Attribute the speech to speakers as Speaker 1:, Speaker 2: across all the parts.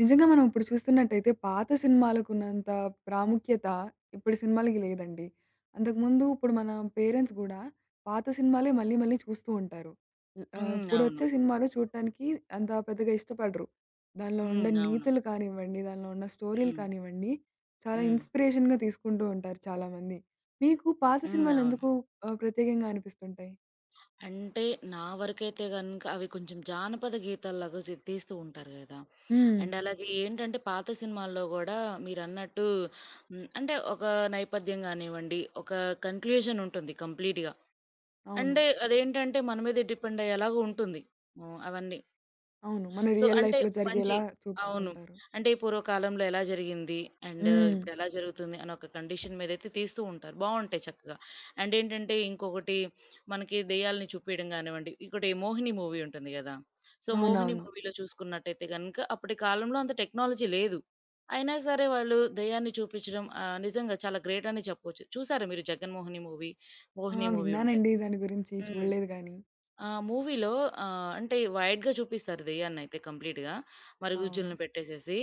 Speaker 1: నిజంగా మనం ఇప్పుడు చూస్తున్నట్టయితే పాత సినిమాలకున్నంత ప్రాముఖ్యత ఇప్పటి సినిమాలకి లేదండి. అంతకుముందు ఇప్పుడు మన పేరెంట్స్ గూడా పాత సినిమాలే మళ్ళీ మళ్ళీ చూస్తూ ఉంటారు. హ్మ్.
Speaker 2: హ్మ్. అవును.
Speaker 1: ఇప్పుడొచ్చే సినిమాలు చూడటానికి అంత పెద్దగా ఇష్టపడరు. దానిలో
Speaker 2: హ్మ్.
Speaker 1: ఉండే
Speaker 2: అవును.
Speaker 1: నీతులు కానివ్వండి, దానిలో ఉన్న స్టోరీలు
Speaker 2: హ్మ్.
Speaker 1: కానివ్వండి, చాలా
Speaker 2: హ్మ్.
Speaker 1: ఇన్స్‌పిరేషన్‌గా తీసుకుంటూ ఉంటారు చాలామంది. మీకు పాత
Speaker 2: హ్మ్. అవును.
Speaker 1: సినిమాలెందుకు ప్రత్యేకంగా అనిపిస్తుంటాయి?
Speaker 2: అంటే నా వరకైతే గనుక అవి కొంచెం జానపద గీతాల్లాగా తీస్తూ ఉంటారు గదా!
Speaker 1: హ్మ్.
Speaker 2: అండ్ అలాగే ఏంటంటే పాత సినిమాల్లో గూడా మీరన్నట్టు అంటే ఒక నేపథ్యం గానివ్వండి, ఒక కన్‌క్లూజన్ ఉంటుంది కంప్లీట్‌గా.
Speaker 1: అవును.
Speaker 2: అంటే అదేంటంటే మన మీదే డిపెండ్ అయ్యేలాగా ఉంటుంది. హ్మ్. అవన్నీ.
Speaker 1: అవును. మన
Speaker 2: సో,
Speaker 1: రియల్
Speaker 2: అంటే
Speaker 1: లైఫ్‌లో
Speaker 2: మంచి
Speaker 1: జరిగేలా
Speaker 2: అవును.
Speaker 1: చూపిస్తుంటారు.
Speaker 2: అంటే ఈ పూర్వకాలంలో ఎలా జరిగింది? అండ్
Speaker 1: హ్మ్.
Speaker 2: ఇప్పుడెలా జరుగుతుంది? అని ఒక కండిషన్ మీదైతే తీస్తూ ఉంటారు. బావుంటాయి చక్కగా. అండ్ ఏంటంటే ఇంకొకటి మనకి దెయ్యాలని చూపియడం గానివ్వండి, ఇంకోటి 'మోహిని' మూవీ ఉంటుంది గదా! సో, 'మోహిని'
Speaker 1: అవునవును.
Speaker 2: మూవీలో చూసుకున్నట్టయితే గనక అప్పటి కాలంలో అంత టెక్నాలజీ లేదు. అయినా సరే వాళ్ళు దెయ్యాన్ని చూపిచ్చడం నిజంగా చాలా గ్రేట్ అనే చెప్పొచ్చు. చూసారా మీరు 'జగన్మోహిని' మూవీ,
Speaker 1: ఆ!
Speaker 2: 'మోహిని' మూవీ ఉంటాయి.
Speaker 1: విన్నానండి దాని గురించి.
Speaker 2: హ్మ్.
Speaker 1: చూడలేదు గానీ.
Speaker 2: ఆ! మూవీలో అంటే వైడ్‌గా చూపిస్తారు దెయ్యాన్నయితే కంప్లీట్‌గా.
Speaker 1: అవును.
Speaker 2: మరుగుజ్జులను పెట్టేసేసి.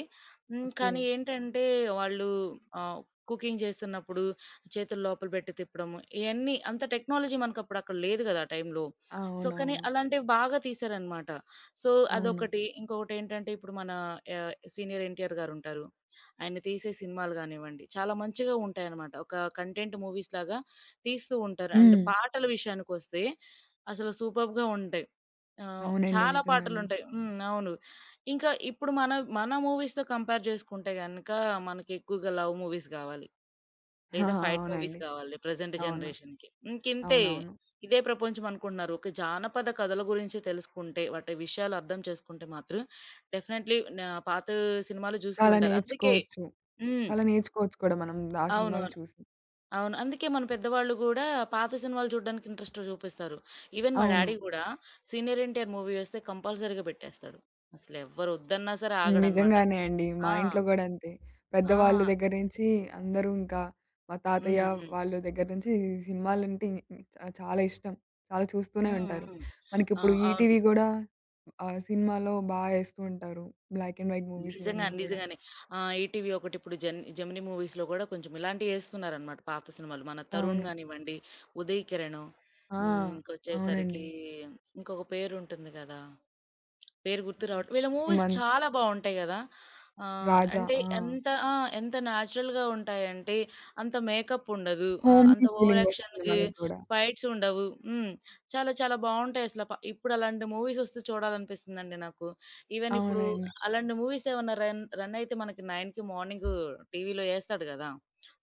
Speaker 2: హ్మ్.
Speaker 1: ఓకే.
Speaker 2: కానీ ఏంటంటే వాళ్ళు ఆహ్, కుకింగ్ చేస్తున్నప్పుడు చేతులు లోపల పెట్టి తిప్పడము, ఇయన్నీ అంత టెక్నాలజీ మనకప్పుడు అక్కడ లేదు గదా! ఆ టైంలో.
Speaker 1: ఆ!
Speaker 2: సో, కానీ
Speaker 1: అవునవును.
Speaker 2: అలాంటివి బాగా తీశారనమాట. సో,
Speaker 1: అవును.
Speaker 2: అదొకటి. ఇంకొకటేంటంటే ఇప్పుడు మన సీనియర్ ఎన్టీఆర్ గారుంటారు. ఆయన తీసే సినిమాలు గానివ్వండి, చాలా మంచిగా ఉంటాయనమాట. ఒక కంటెంట్ మూవీస్‌లాగా తీస్తూ ఉంటారు. అండ్
Speaker 1: హ్మ్.
Speaker 2: పాటల విషయానికొస్తే అసలు సూపర్బ్‌గా ఉంటాయి.
Speaker 1: అవునండి.
Speaker 2: చాలా
Speaker 1: నిజంగానే.
Speaker 2: పాటలుంటాయి. హ్మ్. అవును. ఇంకా ఇప్పుడు మన మూవీస్‌తో కంపేర్ చేసుకుంటే గనక మనకి ఎక్కువగా లవ్ మూవీస్ గావాలి.
Speaker 1: ఆ!
Speaker 2: లేదా ఫైట్ మూవీస్
Speaker 1: అవునండి.
Speaker 2: కావాలి ప్రెజెంట్
Speaker 1: అవును.
Speaker 2: జనరేషన్‌కి. ఇంకింతే.
Speaker 1: అవునవును.
Speaker 2: ఇదే ప్రపంచం అనుకుంటున్నారు. ఒక జానపద కథల గురించి తెలుసుకుంటే, వాటి విషయాలు అర్థం చేసుకుంటే మాత్రం డెఫినైట్‌లీ నా పాత సినిమాలు చూస్తూ
Speaker 1: చాలా
Speaker 2: ఉంటారు. అందుకే
Speaker 1: నేర్చుకోవచ్చు.
Speaker 2: హ్మ్.
Speaker 1: చాలా నేర్చుకోవచ్చు కూడా మనం ఆ
Speaker 2: అవును.
Speaker 1: సినిమాలు చూసి.
Speaker 2: అవును. అందుకే మన పెద్దవాళ్ళు గూడా పాత సినిమాలు చూడడానికి ఇంట్రెస్ట్ చూపిస్తారు. ఈవెన్ మా
Speaker 1: అవును.
Speaker 2: డ్యాడీ గూడా 'సీనియర్ ఎన్టీఆర్' మూవీ వస్తే కంపల్సరీగా పెట్టేస్తాడు. అసలెవ్వరు వద్దన్నా సరే ఆగడనమాట.
Speaker 1: నిజంగానే అండి. మా
Speaker 2: ఆ!
Speaker 1: ఇంట్లో గూడా అంతే.
Speaker 2: ఆ!
Speaker 1: పెద్దవాళ్ళ దగ్గర నుంచి అందరూ ఇంకా మా
Speaker 2: హ్మ్.
Speaker 1: తాతయ్య
Speaker 2: హ్మ్.
Speaker 1: వాళ్ళ దగ్గర నుంచి సినిమాలంటే చాలా ఇష్టం. చాలా చూస్తూనే
Speaker 2: హ్మ్.
Speaker 1: ఉంటారు.
Speaker 2: హ్మ్. ఆ!
Speaker 1: మనకిప్పుడు
Speaker 2: అవును.
Speaker 1: ఈటీవీ గూడా సినిమాలో బా ఏస్తూ ఉంటారు. బ్లాక్ అండ్ వైట్ మూవీస్ ఇవన్నీ కూడా.
Speaker 2: నిజంగానే. ఈటీవీ ఒకటిప్పుడు జెన్ జెమినీ మూవీస్‌లో గూడా కొంచెం ఇలాంటియి యేస్తున్నారనమాట పాత సినిమాలు. మన 'తరుణ్'
Speaker 1: అవును.
Speaker 2: గానివ్వండి, 'ఉదయ్ కిరణ్'
Speaker 1: ఆ!
Speaker 2: హ్మ్. ఇంకొచ్చేసరికి
Speaker 1: అవునండి.
Speaker 2: ఇంకొక పేరుంటుంది గదా! పేరు గుర్తు రావట్లే. వీళ్ళ మూవీస్
Speaker 1: సుమంత్,
Speaker 2: చాలా బావుంటాయి గదా!
Speaker 1: రాజా
Speaker 2: అంటే
Speaker 1: ఆ!
Speaker 2: ఎంత ఆ! ఎంత నేచురల్‌గా ఉంటాయంటే అంత మేకప్ ఉండదు. అంత
Speaker 1: హోమ్లీ
Speaker 2: ఓవర్
Speaker 1: ఫీలింగొస్తుంది
Speaker 2: యాక్షన్‌కి
Speaker 1: మనకు గూడా.
Speaker 2: ఫైట్స్ ఉండవు. హ్మ్. చాలా చాలా బావుంటాయి అసల. ఇప్పుడు అలాంటి మూవీస్ వస్తే చూడాలనిపిస్తుందండి నాకు. ఈవెన్ ఇప్పుడు
Speaker 1: అవునండి.
Speaker 2: అలాంటి మూవీస్ ఏమన్నా రన్ రన్ అయితే మనకి 9:00కి మార్నింగు టీవీలో ఏస్తాడు గదా!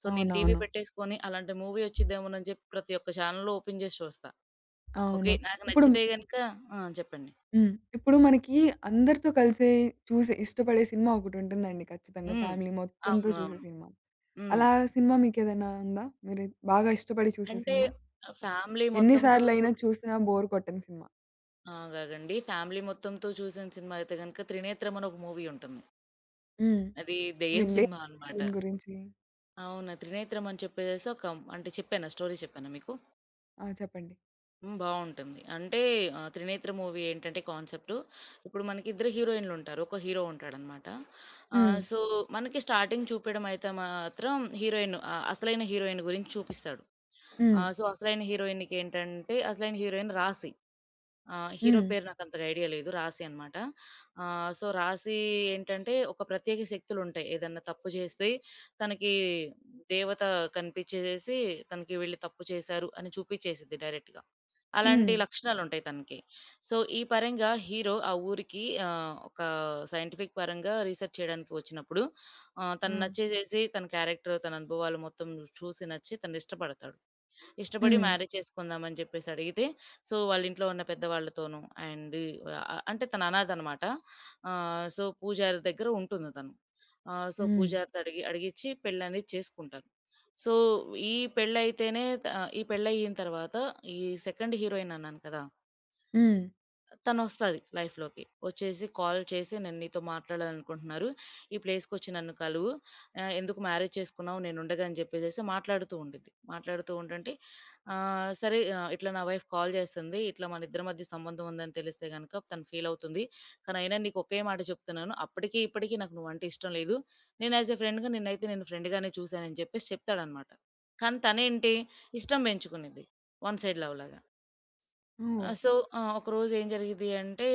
Speaker 2: సో, నేను టీవీ
Speaker 1: అవునవును.
Speaker 2: పెట్టేసుకొని అలాంటి మూవీ వచ్చిద్దేమోనని చెప్పి ప్రతి ఒక్క ఛానెల్‌లో ఓపెన్ జేసి చూస్తా. ఓకే.
Speaker 1: అవును.
Speaker 2: నాకు
Speaker 1: ఇప్పుడు
Speaker 2: నచ్చితే గనక ఆ! చెప్పండి.
Speaker 1: హ్మ్. ఇప్పుడు మనకి అందరితో కలిసి చూసే ఇష్టపడే సినిమా ఒకటుంటుందండి ఖచ్చితంగా
Speaker 2: హ్మ్.
Speaker 1: ఫ్యామిలీ మొత్తంతో
Speaker 2: అవును.
Speaker 1: చూసే
Speaker 2: అవును.
Speaker 1: సినిమా.
Speaker 2: హ్మ్.
Speaker 1: అలా సినిమా మీకేదైనా ఉందా? మీరు బాగా ఇష్టపడి చూసే
Speaker 2: అంటే
Speaker 1: సినిమా?
Speaker 2: ఫ్యామిలీ
Speaker 1: ఎన్ని
Speaker 2: మొత్తంతో
Speaker 1: సార్లయినా చూసినా బోర్ కొట్టని సినిమా?
Speaker 2: ఆ! కాదండి. ఫ్యామిలీ మొత్తంతో చూసిన సినిమా అయితే గనుక 'త్రినేత్రం' అని ఒక మూవీ ఉంటుంది.
Speaker 1: హ్మ్.
Speaker 2: అది దెయ్యం
Speaker 1: వినలే
Speaker 2: సినిమా అన్నమాట.
Speaker 1: దీని గురించి.
Speaker 2: అవును. 'త్రినేత్రం' అని చెప్పేసేసి ఒక అంటే చెప్పానా? స్టోరీ చెప్పానా మీకు?
Speaker 1: ఆ! చెప్పండి.
Speaker 2: హ్మ్. బావుంటుంది. అంటే 'త్రినేత్రం' మూవీ ఏంటంటే కాన్సెప్ట్ ఇప్పుడు మనకి ఇద్దరు హీరోయిన్‌లు ఉంటారు. ఒక హీరో ఉంటాడన్నమాట.
Speaker 1: హ్మ్.
Speaker 2: సో, మనకి స్టార్టింగ్ చూపయడం అయితే మాత్రం హీరోయిన్ అసలైన హీరోయిన్ గురించి చూపిస్తాడు.
Speaker 1: హ్మ్.
Speaker 2: సో, అసలైన హీరోయిన్‌కి ఏంటంటే అసలైన హీరోయిన్ రాశి. ఆ! హీరో
Speaker 1: హ్మ్.
Speaker 2: పేరు నాకంతగా ఐడియా లేదు. 'రాశి' అనమాట. సో, 'రాశి' ఏంటంటే ఒక ప్రత్యేక శక్తులుంటాయి. ఏదన్నా తప్పు చేస్తే తనకి దేవత కనిపించేసేసి తనకి వీళ్ళు తప్పు చేశారు అని చూపించేసిద్ది డైరెక్ట్‌గా. అలాంటి
Speaker 1: హ్మ్.
Speaker 2: లక్షణాలుంటాయి తనకి. సో, ఈ పరంగా హీరో ఆ ఊరికి ఒక సైంటిఫిక్ పరంగా రీసెర్చ్ చేయడానికి వచ్చినప్పుడు
Speaker 1: ఆ!
Speaker 2: తను నచ్చేసేసి తన క్యారెక్టర్, తన అనుభవాలు మొత్తం చూసి నచ్చి తననిష్టపడతాడు. ఇష్టపడి
Speaker 1: హ్మ్.
Speaker 2: మ్యారేజ్ చేసుకుందాం అని చెప్పేసి అడిగితే, సో వాళ్ళ ఇంట్లో ఉన్న పెద్దవాళ్ళతోను అండ్ అంటే తను అనాథనమాట. సో పూజారి దగ్గర ఉంటుంది తను. సో
Speaker 1: హ్మ్.
Speaker 2: పూజారితో అడిగి అడిగిచ్చి పెళ్లనేది చేసుకుంటారు. సో ఈ పెళ్లయితేనే త ఈ పెళ్లయిన తర్వాత ఈ సెకండ్ హీరోయిన్ అన్నాను కదా!
Speaker 1: హ్మ్.
Speaker 2: తనొస్తది లైఫ్‌లోకి. వచ్చేసి కాల్ చేసి, "నేను నీతో మాట్లాడాలనుకుంటున్నారు. ఈ ప్లేస్‌కొచ్చి నన్ను కలువు. ఎందుకు మ్యారేజ్ చేసుకున్నావు? నేనుండగా" అని చెప్పేసేసి మాట్లాడుతూ ఉండిద్ది. మాట్లాడుతూ ఉంటంటే సరే "ఇట్లా నా వైఫ్ కాల్ చేస్తుంది. ఇట్లా మనిద్దరి మధ్య సంబంధం ఉందని తెలిస్తే గనక తను ఫీలవుతుంది. కానీ అయినా నీకు ఒకే మాట చెప్తున్నాను. అప్పటికి, ఇప్పటికి నాకు నువ్వంటే ఇష్టం లేదు. నేను యాజ్ ఎ ఫ్రెండ్‌గా నిన్నైతే నేను ఫ్రెండ్‌గానే చూశాను" అని చెప్పేసి చెప్తాడనమాట. కానీ తనేంటి, ఇష్టం పెంచుకునిద్ది. వన్ సైడ్ లవ్ లాగా. ఆ!
Speaker 1: ఓహ్!
Speaker 2: సో, ఒకరోజు ఏం జరిగిద్ది అంటే,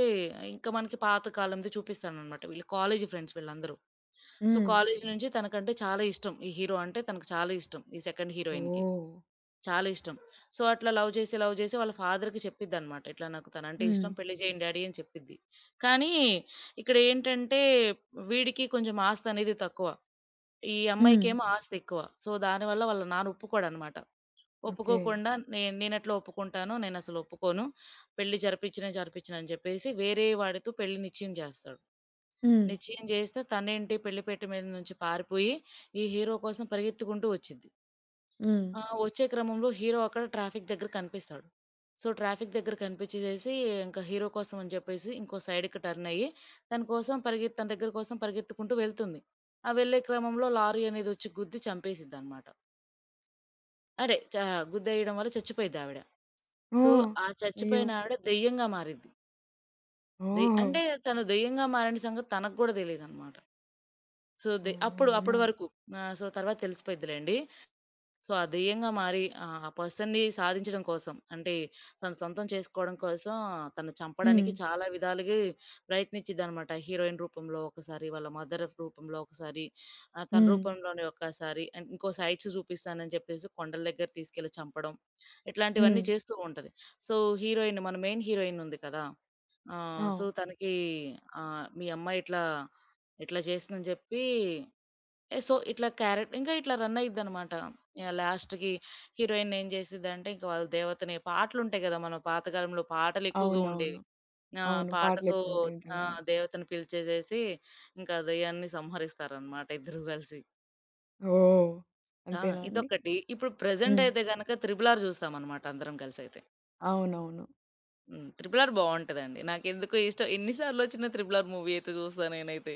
Speaker 2: ఇంకా మనకి పాత కాలంది చూపిస్తాడనమాట. వీళ్ళు కాలేజీ ఫ్రెండ్స్ వీళ్ళందరూ. సో,
Speaker 1: హ్మ్.
Speaker 2: కాలేజీ నుంచి తనకంటే చాలా ఇష్టం. ఈ హీరో అంటే తనకు చాలా ఇష్టం. ఈ సెకండ్ హీరోయిన్‌కి
Speaker 1: ఓహ్!
Speaker 2: చాలా ఇష్టం. సో, అట్లా లవ్ చేసి, లవ్ చేసి వాళ్ళ ఫాదర్‌కి చెప్పిద్దనమాట. ఇట్లా నాకు తనంటే
Speaker 1: హ్మ్.
Speaker 2: ఇష్టం. పెళ్లి చేయండి డ్యాడీ అని చెప్పిద్ది. కానీ ఇక్కడ ఏంటంటే, వీడికి కొంచెం ఆస్తనేది తక్కువ. ఈ
Speaker 1: హ్మ్.
Speaker 2: అమ్మాయికేమో ఆస్తి ఎక్కువ. సో, దానివల్ల వాళ్ళ నాన్న ఒప్పుకోడనమాట.
Speaker 1: ఓకే.
Speaker 2: ఒప్పుకోకుండా నేనెట్లా ఒప్పుకుంటానో నేనసలు ఒప్పుకోను. పెళ్లి జరిపించనే జరిపించను అని చెప్పేసి వేరే వాడితో పెళ్లి నిశ్చయం జేస్తాడు.
Speaker 1: హ్మ్.
Speaker 2: నిశ్చయం జేస్తే తనేంటి పెళ్లి పీట మీద నుంచి పారిపోయి ఈ హీరో కోసం పరిగెత్తుకుంటూ వచ్చిద్ది.
Speaker 1: హ్మ్.
Speaker 2: ఆ! వచ్చే క్రమంలో హీరో అక్కడ ట్రాఫిక్ దగ్గర కనిపిస్తాడు. సో, ట్రాఫిక్ దగ్గర కనిపించేసేసి ఇంకా హీరో కోసం అని జెప్పేసి ఇంకో సైడ్‌కి టర్న్ అయ్యి తన దగ్గర కోసం పరిగెత్తుకుంటూ వెళ్తుంది. ఆ వెళ్ళే క్రమంలో లారీ అనేది వచ్చి గుద్ది చంపేసిద్దనమాట. అదే చ గుద్దేయడం వల్ల చచ్చిపోయిద్దావిడ. సో,
Speaker 1: ఓహ్!
Speaker 2: ఆ
Speaker 1: అయ్యో!
Speaker 2: చచ్చిపోయిన ఆవిడ దెయ్యంగా మారిద్ది. దెయ్
Speaker 1: ఓహ్!
Speaker 2: అంటే తను దెయ్యంగా మారిన సంగతి తనకు గూడా తెలీదనమాట. సో, అప్పుడు అప్పడి
Speaker 1: అవునా!
Speaker 2: వరకు. సో, తర్వాత తెలిసిపోయిద్దిలెండి. సో, ఆ దెయ్యంగా మారి ఆ పర్సన్‌ని సాధించడం కోసం అంటే తన సొంతం చేసుకోవడం కోసం తను
Speaker 1: హ్మ్.
Speaker 2: చంపడానికి చాలా విధాలుగా ప్రయత్నించిద్దనమాట. హీరోయిన్ రూపంలో ఒకసారి, వాళ్ళ మదర్ రూపంలో ఒకసారి, తన
Speaker 1: హ్మ్.
Speaker 2: రూపంలోనే ఒకసారి అండ్ ఇంకో సైట్స్ చూపిస్తానని చెప్పేసి కొండల దగ్గర తీసుకెళ్ళి చంపడం. ఇట్లాంటివన్నీ
Speaker 1: హ్మ్.
Speaker 2: చేస్తూ ఉంటది. సో, హీరోయిన్ మన మెయిన్ హీరోయిన్ ఉంది కదా! సో,
Speaker 1: అవును.
Speaker 2: తనకి మీ అమ్మాయి ఇట్లా, ఇట్లా చేసిందని చెప్పి సో, ఇట్లా క్యారెక్ట్ ఇంకా ఇట్లా రన్ అయ్యిద్దనమాట. యాహ్! లాస్ట్‌కి హీరోయిన్ ఏం చేసిద్దంటే, ఇంక వాళ్ళ దేవతని పాటలుంటాయి గదా! మన పాతకాలంలో పాటలెక్కువగా ఉండేవి.
Speaker 1: అవునవును.
Speaker 2: ఆ!
Speaker 1: అవును. పాటలు
Speaker 2: పాటతో
Speaker 1: ఎక్కువుంటాయి
Speaker 2: ఆ!
Speaker 1: నిజంగానే.
Speaker 2: దేవతని పిలిచేసేసి, ఇంకా దెయ్యాన్ని సంహరిస్తారనమాట ఇద్దరూ కలిసి.
Speaker 1: ఓహ్!
Speaker 2: ఆ!
Speaker 1: అంతేనా అండి?
Speaker 2: ఇదొకటి. ఇప్పుడు ప్రెజెంట్
Speaker 1: హ్మ్.
Speaker 2: అయితే గనక 'త్రిబుల్ ఆర్' చూస్తామనమాట అందరం కలిసైతే.
Speaker 1: అవునవును.
Speaker 2: హ్మ్. 'త్రిబుల్ ఆర్' బావుంటదండి. నాకెందుకో ఇష్టం. ఎన్ని సార్లొచ్చిన 'త్రిబుల్ ఆర్' మూవీ అయితే చూస్తా నేనైతే.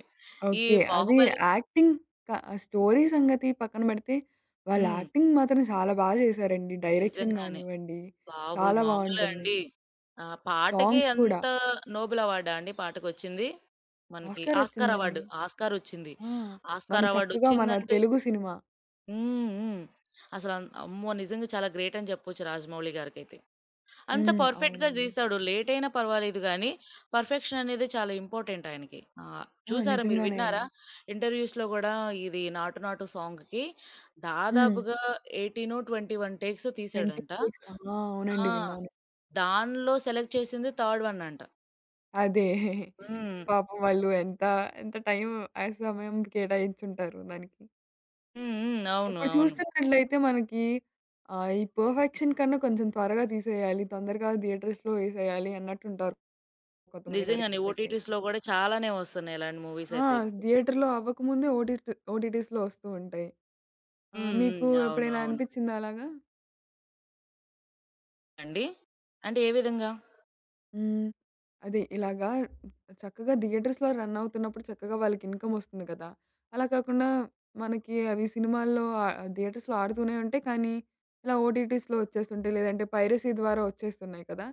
Speaker 2: ఈ
Speaker 1: ఓకే. అది
Speaker 2: 'బాహుబలి'
Speaker 1: యాక్టింగ్ క స్టోరీ సంగతి పక్కన పెడితే, వాళ్ళ
Speaker 2: హ్మ్.
Speaker 1: యాక్టింగ్ మాత్రం చాలా బాగా చేశారండి. డైరెక్షన్
Speaker 2: నిజంగానే.
Speaker 1: గానివ్వండి,
Speaker 2: బాబోయ్!
Speaker 1: చాలా
Speaker 2: మామూలా
Speaker 1: బావుంటుంది.
Speaker 2: అండి? ఆ! పాటకే
Speaker 1: సాంగ్స్ కూడా.
Speaker 2: అంత నోబెల్ అవార్డా అండి పాటకొచ్చింది? మనకి
Speaker 1: ఆస్కార్
Speaker 2: ఆస్కార్ అవార్డ్.
Speaker 1: వచ్చిందండి.
Speaker 2: ఆస్కార్ ఒచ్చింది.
Speaker 1: ఆ! మన
Speaker 2: ఆస్కార్ అవార్డ్
Speaker 1: చక్కగా మన
Speaker 2: ఒచ్చిందంటే
Speaker 1: తెలుగు సినిమా.
Speaker 2: హ్మ్. హ్మ్. అసల అమ్మో! నిజంగా చాలా గ్రేట్ అని చెప్పొచ్చు రాజమౌళి గారికైతే. అంత
Speaker 1: హ్మ్.
Speaker 2: పర్ఫెక్ట్‌గా
Speaker 1: అవునండి.
Speaker 2: తీస్తాడు. లేట్ అయినా పర్వాలేదు గానీ, పర్ఫెక్షన్ అనేది చాలా ఇంపార్టెంట్ ఆయనకి.
Speaker 1: ఆ!
Speaker 2: చూసారా మీరు
Speaker 1: నిజంగానే
Speaker 2: విన్నారా?
Speaker 1: అండి.
Speaker 2: ఇంటర్వ్యూస్‌లో గూడా ఇది 'నాటు నాటు' సాంగ్‌కి
Speaker 1: హ్మ్.
Speaker 2: దాదాపుగా 18, 21 టేక్స్
Speaker 1: 20
Speaker 2: తీశాడంట.
Speaker 1: ఫేట్స్ ఆ!
Speaker 2: ఆ!
Speaker 1: అవునండి. విన్నాను.
Speaker 2: దానిలో సెలెక్ట్ చేసింది థర్డ్ వన్ అంట.
Speaker 1: అదే.
Speaker 2: హ్మ్.
Speaker 1: పాపం వాళ్ళు ఎంత టైం ఆ సమయం కేటాయించుంటారు దానికి.
Speaker 2: హ్మ్. హ్మ్. అవును.
Speaker 1: ఇప్పుడు
Speaker 2: అవును.
Speaker 1: చూస్తున్నట్లయితే మనకి ఈ పర్ఫెక్షన్ కన్నా కొంచెం త్వరగా తీసేయాలి, తొందరగా థియేటర్స్‌లో వేసేయాలి అన్నట్టుంటారు కొంతమంది
Speaker 2: నిజంగానే
Speaker 1: డైరెక్టర్స్ అయితే.
Speaker 2: ఓటీటీస్‌లో గూడా చాలానే వస్తున్నాయి ఇలాంటి మూవీస్
Speaker 1: ఆ!
Speaker 2: అయితే.
Speaker 1: థియేటర్‌లో అవ్వకముందే ఓటీటీస్‌లో వస్తూ ఉంటాయి.
Speaker 2: హ్మ్.
Speaker 1: మీకు
Speaker 2: హ్మ్. అవును.
Speaker 1: ఎప్పుడైనా
Speaker 2: అవును.
Speaker 1: అనిపిచ్చిందా అలాగా?
Speaker 2: అండి? అంటే ఏ విధంగా?
Speaker 1: హ్మ్. అదే ఇలాగా చక్కగా థియేటర్స్‌లో రన్ అవుతున్నప్పుడు చక్కగా వాళ్ళకి ఇన్‌కమ్ వస్తుంది కదా! అలా కాకుండా మనకి అవి సినిమాల్లో థియేటర్స్‌లో ఆడుతూనే ఉంటాయి. కానీ ఇలా ఓటీటీస్‌లో వచ్చేస్తుంటాయి. లేదంటే పైరసీ ద్వారా వచ్చేస్తున్నాయి కదా!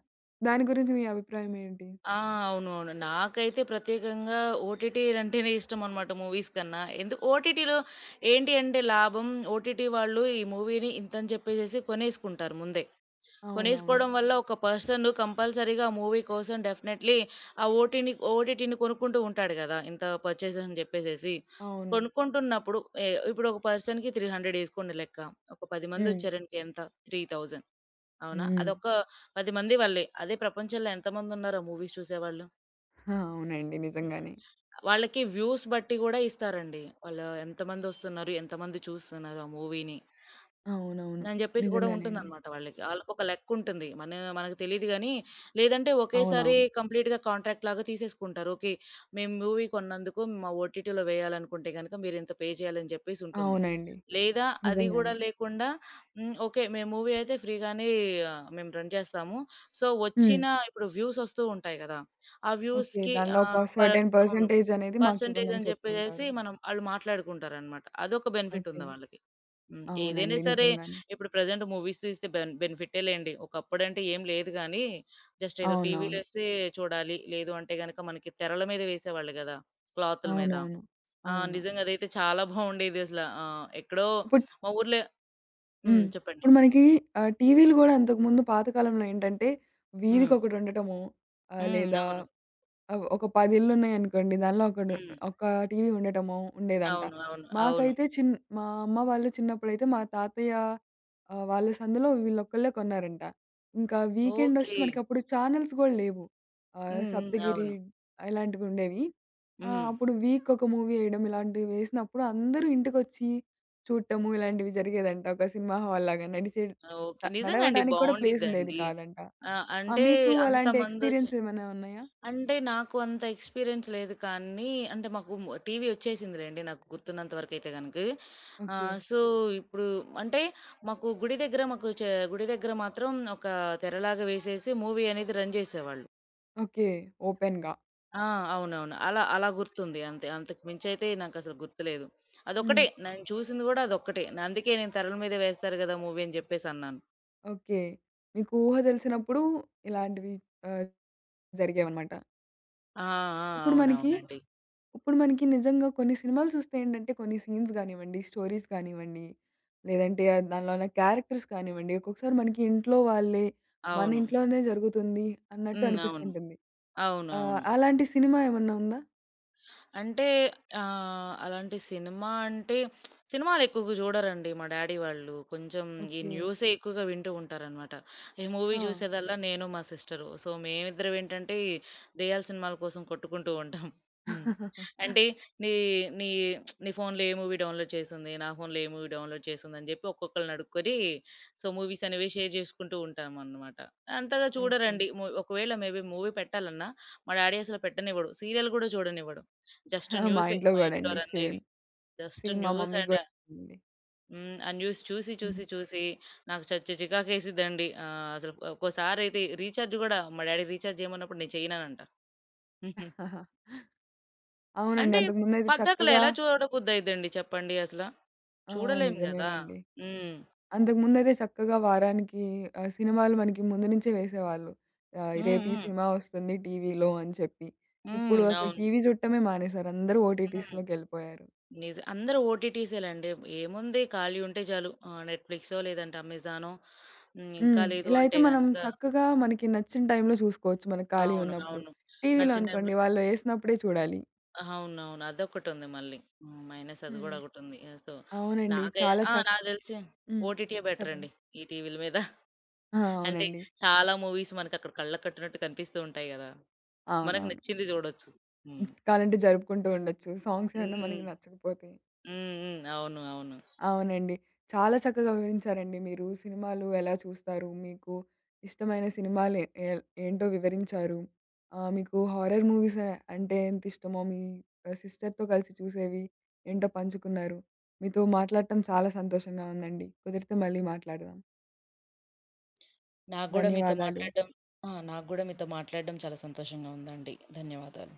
Speaker 1: దాని గురించి మీ అభిప్రాయం ఏంటి?
Speaker 2: ఆ! అవునవును. నాకైతే ప్రత్యేకంగా ఓటీటీలంటేనే ఇష్టమనమాట మూవీస్ కన్నా. ఎందుకు ఓటీటీలో ఏంటి అంటే లాభం ఓటీటీ వాళ్ళు ఈ మూవీని ఇంతని చెప్పేసేసి కొనేసుకుంటారు ముందే.
Speaker 1: అవునవును.
Speaker 2: కొనేసుకోవడం వల్ల ఒక పర్సన్ కంపల్సరీగా మూవీ కోసం డెఫినైట్‌లీ ఆ ఓటీని ఓటీటీని కొనుక్కుంటూ ఉంటాడు గదా! ఇంత పర్చేజ్ అని జెప్పేసేసి.
Speaker 1: అవును.
Speaker 2: కొనుక్కుంటున్నప్పుడు ఎ ఇప్పుడు ఒక పర్సన్‌కి 300 ఏసుకోండి లెక్క. ఒక 10
Speaker 1: హ్మ్.
Speaker 2: మందొచ్చారనుకో ఎంత? 3,000 అవునా?
Speaker 1: హ్మ్.
Speaker 2: అదొక 10 మంది వల్లే. అదే ప్రపంచంలో ఎంతమందున్నారో మూవీస్ చూసేవాళ్ళు?
Speaker 1: ఆ! అవునండి.
Speaker 2: హ్మ్.
Speaker 1: నిజంగానే.
Speaker 2: వాళ్ళకి వ్యూస్ బట్టి గూడా ఇస్తారండి. వాళ్ళు ఎంతమందొస్తున్నారు? ఎంతమంది చూస్తున్నారు ఆ మూవీని?
Speaker 1: అవునవును.
Speaker 2: అని జెప్పేసి గూడా
Speaker 1: నిజంగానే అండి.
Speaker 2: ఉంటుందనమాట వాళ్ళకి. ఆళ్ళకొక లెక్కుంటుంది. మనకు తెలీదు గానీ, లేదంటే ఒకేసారి
Speaker 1: అవునవును.
Speaker 2: కంప్లీట్‌గా కాంట్రాక్ట్ లాగా తీసేసుకుంటారు. ఓకే. మేము మూవీ కొన్నందుకు మా ఓటీటీలో వేయాలనుకుంటే గనక మీరింత పే చేయాలని జెప్పేసి ఉంటుంది.
Speaker 1: అవునండి.
Speaker 2: లేదా అది గూడా
Speaker 1: నిజంగానే.
Speaker 2: లేకుండా హ్మ్. ఓకే. మేము మూవీ అయితే ఫ్రీగానే మేము రన్ చేస్తాము. సో,
Speaker 1: హ్మ్.
Speaker 2: వచ్చిన ఇప్పుడు వ్యూస్ ఒస్తూ ఉంటాయి గదా! ఆ
Speaker 1: ఓకే.
Speaker 2: వ్యూస్‌కి
Speaker 1: దానిలో ఒక
Speaker 2: ఆహ్, పర్
Speaker 1: సర్టెన్
Speaker 2: అవును.
Speaker 1: పర్సెంటేజ్ అనేది
Speaker 2: పర్సెంటేజ్
Speaker 1: మాకివ్వమని
Speaker 2: అని జెప్పేసేసి
Speaker 1: చెప్తుంటారు.
Speaker 2: మనం ఆళ్ళు మాట్లాడుకుంటారనమాట. అదొక బెనిఫిట్
Speaker 1: ఓకే.
Speaker 2: ఉంది వాళ్ళకి. హ్మ్. ఏదైనా
Speaker 1: అవునండి.
Speaker 2: సరే
Speaker 1: నిజంగానే.
Speaker 2: ఇప్పుడు ప్రెజెంట్ మూవీస్ తీస్తే బెనిఫిటే లేండి. ఒకప్పుడంటే ఏం లేదు గానీ, జస్ట్ ఏదో టీవీలో
Speaker 1: అవునవును.
Speaker 2: ఎస్తే చూడాలి. లేదు అంటే గనక మనకి తెరల మీద వేసేవాళ్ళు గదా! క్లాతుల మీద.
Speaker 1: అవునవును.
Speaker 2: ఆ!
Speaker 1: అవును.
Speaker 2: నిజంగా అదైతే చాలా బావుండేది అసల. ఎక్కడో
Speaker 1: ఇప్పుడు
Speaker 2: మా ఊర్లో హ్మ్.
Speaker 1: హ్మ్.
Speaker 2: చెప్పండి.
Speaker 1: ఇప్పుడు మనకి టీవీలు గూడా అంతకుముందు పాత కాలంలో ఏంటంటే
Speaker 2: హ్మ్.
Speaker 1: వీధికొకటుండటము
Speaker 2: హ్మ్.
Speaker 1: లేదా
Speaker 2: అవును.
Speaker 1: ఒక 10 ఇళ్ళున్నాయనుకోండి. దానిలో ఒకడు
Speaker 2: హ్మ్.
Speaker 1: ఒక టీవీ ఉండటమో ఉండేదంట.
Speaker 2: అవును. అవును. అవును.
Speaker 1: మాకైతే మా అమ్మ వాళ్ళు చిన్నప్పుడైతే మా తాతయ్య వాళ్ళ సందులో వీళ్ళొక్కళ్ళే కొన్నారంట. ఇంకా వీకెండొస్తే
Speaker 2: ఓకే.
Speaker 1: మనకప్పుడు ఛానెల్స్ గూడా లేవు.
Speaker 2: హ్మ్. హ్మ్.
Speaker 1: 'సప్తగిరి'
Speaker 2: అవును.
Speaker 1: ఇలాంటివుండేవి.
Speaker 2: హ్మ్.
Speaker 1: అప్పుడు వీకొక మూవీ ఎయడం ఇలాంటివి వేసినప్పుడు అందరూ ఇంటికొచ్చి చూడటము ఇలాంటివి జరిగేదంట. ఒక సినిమా హాల్ లాగా నడిసే ట
Speaker 2: ఓకే. నిజంగా అండి.
Speaker 1: నడవడానికి కూడా ప్లేసుండేది
Speaker 2: బావుండిద్దండి.
Speaker 1: కాదంట.
Speaker 2: ఆ!
Speaker 1: ఆ!
Speaker 2: అంటే
Speaker 1: మీకు అలాంటి
Speaker 2: అంతమందొచ్చి
Speaker 1: ఎక్స్‌పీరియన్స్ ఏమైనా ఉన్నాయా?
Speaker 2: అంటే నాకు అంత ఎక్స్‌పీరియన్స్ లేదు కానీ అంటే మాకు టీవీ వచ్చేసిందిలెండి నాకు గుర్తున్నంత వరకైతే గనుక.
Speaker 1: ఓకే.
Speaker 2: సో, ఇప్పుడు అంటే మాకు గుడి దగ్గర మాత్రం ఒక తెరలాగా వేసేసి మూవీ అనేది రన్ చేసేవాళ్ళు.
Speaker 1: ఓకే. ఓపెన్‌గా.
Speaker 2: ఆ! అవునవును. అలా అలా గుర్తుంది అంతే. అంతకు మించయితే నాకసలు గుర్తులేదు. అదొక్కటే
Speaker 1: హ్మ్.
Speaker 2: నేను చూసింది గూడా అదొక్కటే. నా- అందుకే నేను తెరల మీద వేస్తారు గదా! మూవీ అని జెప్పేసన్నాను.
Speaker 1: ఓకే. మీకు ఊహ తెలిసినప్పుడు ఇలాంటివి ఆహ్, జరిగేవనమాట.
Speaker 2: ఆ! ఆ!
Speaker 1: ఇప్పుడు మనకి
Speaker 2: అవునవునండి.
Speaker 1: ఇప్పుడు మనకి నిజంగా కొన్ని సినిమాలు చూస్తే ఏంటంటే కొన్ని సీన్స్ గానివ్వండి, స్టోరీస్ కానివ్వండి, లేదంటే దానిలో ఉన్న క్యారెక్టర్స్ కానివ్వండి, ఒక్కొక్కసారి మనకి ఇంట్లో వాళ్ళే, మన
Speaker 2: అవును.
Speaker 1: ఇంట్లోనే జరుగుతుంది అన్నట్టు
Speaker 2: హ్మ్. అవును.
Speaker 1: అనిపిస్తుంటుంది.
Speaker 2: అవునవును.
Speaker 1: అలాంటి సినిమా ఏమన్నా ఉందా?
Speaker 2: అంటే అలాంటి సినిమా అంటే సినిమాలు ఎక్కువగా చూడరండి మా డ్యాడీ వాళ్ళు. కొంచెం ఈ
Speaker 1: ఓకే.
Speaker 2: న్యూసే ఓకే. ఎక్కువగా వింటూ ఉంటారనమాట. ఈ మూవీ
Speaker 1: ఆ!
Speaker 2: చూసేదల్లా నేను, మా సిస్టరు. సో, మేమిద్దరం ఏంటంటే ఈ దెయ్యాల సినిమాల కోసం కొట్టుకుంటూ ఉంటాం. హ్మ్. అంటే నీ నీ నీ ఫోన్‌లో ఏ మూవీ డౌన్‌లోడ్ చేసుంది? నా ఫోన్‌లో ఏ మూవీ డౌన్‌లోడ్ చేసుందని చెప్పి ఒక్కొక్కళ్ళని అడుక్కొని సో, మూవీస్ అనేవి షేర్ చేసుకుంటూ ఉంటామనమాట. అంతగా
Speaker 1: ఓకే.
Speaker 2: చూడరండి. ఒకవేళ మేబీ మూవీ పెట్టాలన్నా మా డ్యాడీ అసలు పెట్టనివ్వడు. సీరియల్ కూడా చూడనివ్వడు. జస్ట్
Speaker 1: ఆ! మా
Speaker 2: న్యూసే
Speaker 1: ఇంట్లో
Speaker 2: మా
Speaker 1: గూడా
Speaker 2: ఇంట్లో
Speaker 1: అండి సేమ్.
Speaker 2: రన్నయ్యేది. జస్ట్
Speaker 1: సేమ్ మా
Speaker 2: న్యూస్
Speaker 1: మమ్మీ
Speaker 2: అండ్
Speaker 1: గూడా అండి.
Speaker 2: హ్మ్. ఆ న్యూస్ చూసి,
Speaker 1: హ్మ్.
Speaker 2: చూసి, చూసి నాకు చచ్చి చికాకేసిద్దండి. అసలు ఒక్కోసారయితే రీచార్జ్ గూడా మా డ్యాడీ రీచార్జ్ జేయమన్నప్పుడు నేను చెయ్యననంట. హుహు.
Speaker 1: అవునండి.
Speaker 2: అంటే
Speaker 1: అంతకుముందయితే
Speaker 2: పద్ధతిలో
Speaker 1: చక్కగా
Speaker 2: ఎలా చూడబుద్దయిద్దండి చెప్పండి అసల?
Speaker 1: ఆ!
Speaker 2: చూడలేము గదా!
Speaker 1: నిజమేనండి.
Speaker 2: హ్మ్.
Speaker 1: అంతకుముందయితే చక్కగా వారానికి సినిమాలు మనకి ముందు నుంచే వేసేవాళ్ళు.
Speaker 2: హ్మ్.
Speaker 1: రేపు ఈ
Speaker 2: హ్మ్.
Speaker 1: సినిమా వస్తుంది టీవీలో అని చెప్పి.
Speaker 2: హ్మ్.
Speaker 1: ఇప్పుడు అసలు
Speaker 2: అవును.
Speaker 1: టీవీ చూడటమే మానేసారు. అందరూ
Speaker 2: హ్మ్.
Speaker 1: ఓటీటీస్‌లోకెళ్ళిపోయారు.
Speaker 2: అందరూ ఓటీటీసేలండి. ఏముంది ఖాళీ ఉంటే చాలు నెట్‌ఫ్లిక్సో లేదంటే అమెజానో హ్మ్. ఇంకా
Speaker 1: హ్మ్.
Speaker 2: లేదు
Speaker 1: ఇలా అయితే
Speaker 2: అంటే
Speaker 1: మనం
Speaker 2: గనక
Speaker 1: చక్కగా మనకి నచ్చిన టైంలో చూసుకోవచ్చు మనకు ఖాళీ
Speaker 2: అవును.
Speaker 1: ఉన్నప్పుడు.
Speaker 2: అవును. నా
Speaker 1: టీవీలో
Speaker 2: చిన్న టైంలో
Speaker 1: అనుకోండి వాళ్ళు ఏసినప్పుడే చూడాలి.
Speaker 2: అవునవును. అదొకటుంది మళ్ళీ. హ్మ్. మైనస్ అది గూడా
Speaker 1: హ్మ్.
Speaker 2: ఒకటుంది. యాహ్! సో,
Speaker 1: అవునండి.
Speaker 2: నాకే
Speaker 1: చాలా
Speaker 2: ఆ!
Speaker 1: చక్
Speaker 2: నాకు దెలిసి
Speaker 1: హ్మ్.
Speaker 2: ఓటీటీయే
Speaker 1: చెప్పండి.
Speaker 2: బెటరండి. ఈ టీవీల మీద.
Speaker 1: ఆ!
Speaker 2: అంటే
Speaker 1: అవునండి.
Speaker 2: చాలా మూవీస్ మనకక్కడ కళ్ళకి కట్టినట్టు కనిపిస్తూ ఉంటాయి గదా! మనకు
Speaker 1: అవునవును.
Speaker 2: నచ్చింది జూడొచ్చు. హ్మ్.
Speaker 1: కావాలంటే జరుపుకుంటూ ఉండొచ్చు. సాంగ్స్ ఏమన్నా
Speaker 2: హ్మ్.
Speaker 1: మనకి నచ్చకపోతే.
Speaker 2: హ్మ్. హ్మ్. అవును. అవును.
Speaker 1: అవునండి. చాలా చక్కగా వివరించారండి మీరు. సినిమాలు ఎలా చూస్తారు? మీకు ఇష్టమైన సినిమాలు ఏ ఏ- ఏంటో వివరించారు. మీకు హారర్ మూవీస్ అంటే ఎంత ఇష్టమో, మీ సిస్టర్‌తో కలిసి చూసేవి ఏంటో పంచుకున్నారు. మీతో మాట్లాడటం చాలా సంతోషంగా ఉందండి. కుదిరితే మళ్ళీ మాట్లాడదాం.
Speaker 2: నాకు గూడా మీతో
Speaker 1: ధన్యవాదాలు.
Speaker 2: మాట్లాడడం ఆ! నాకు గూడా మీతో మాట్లాడడం చాలా సంతోషంగా ఉందండి. ధన్యవాదాలు.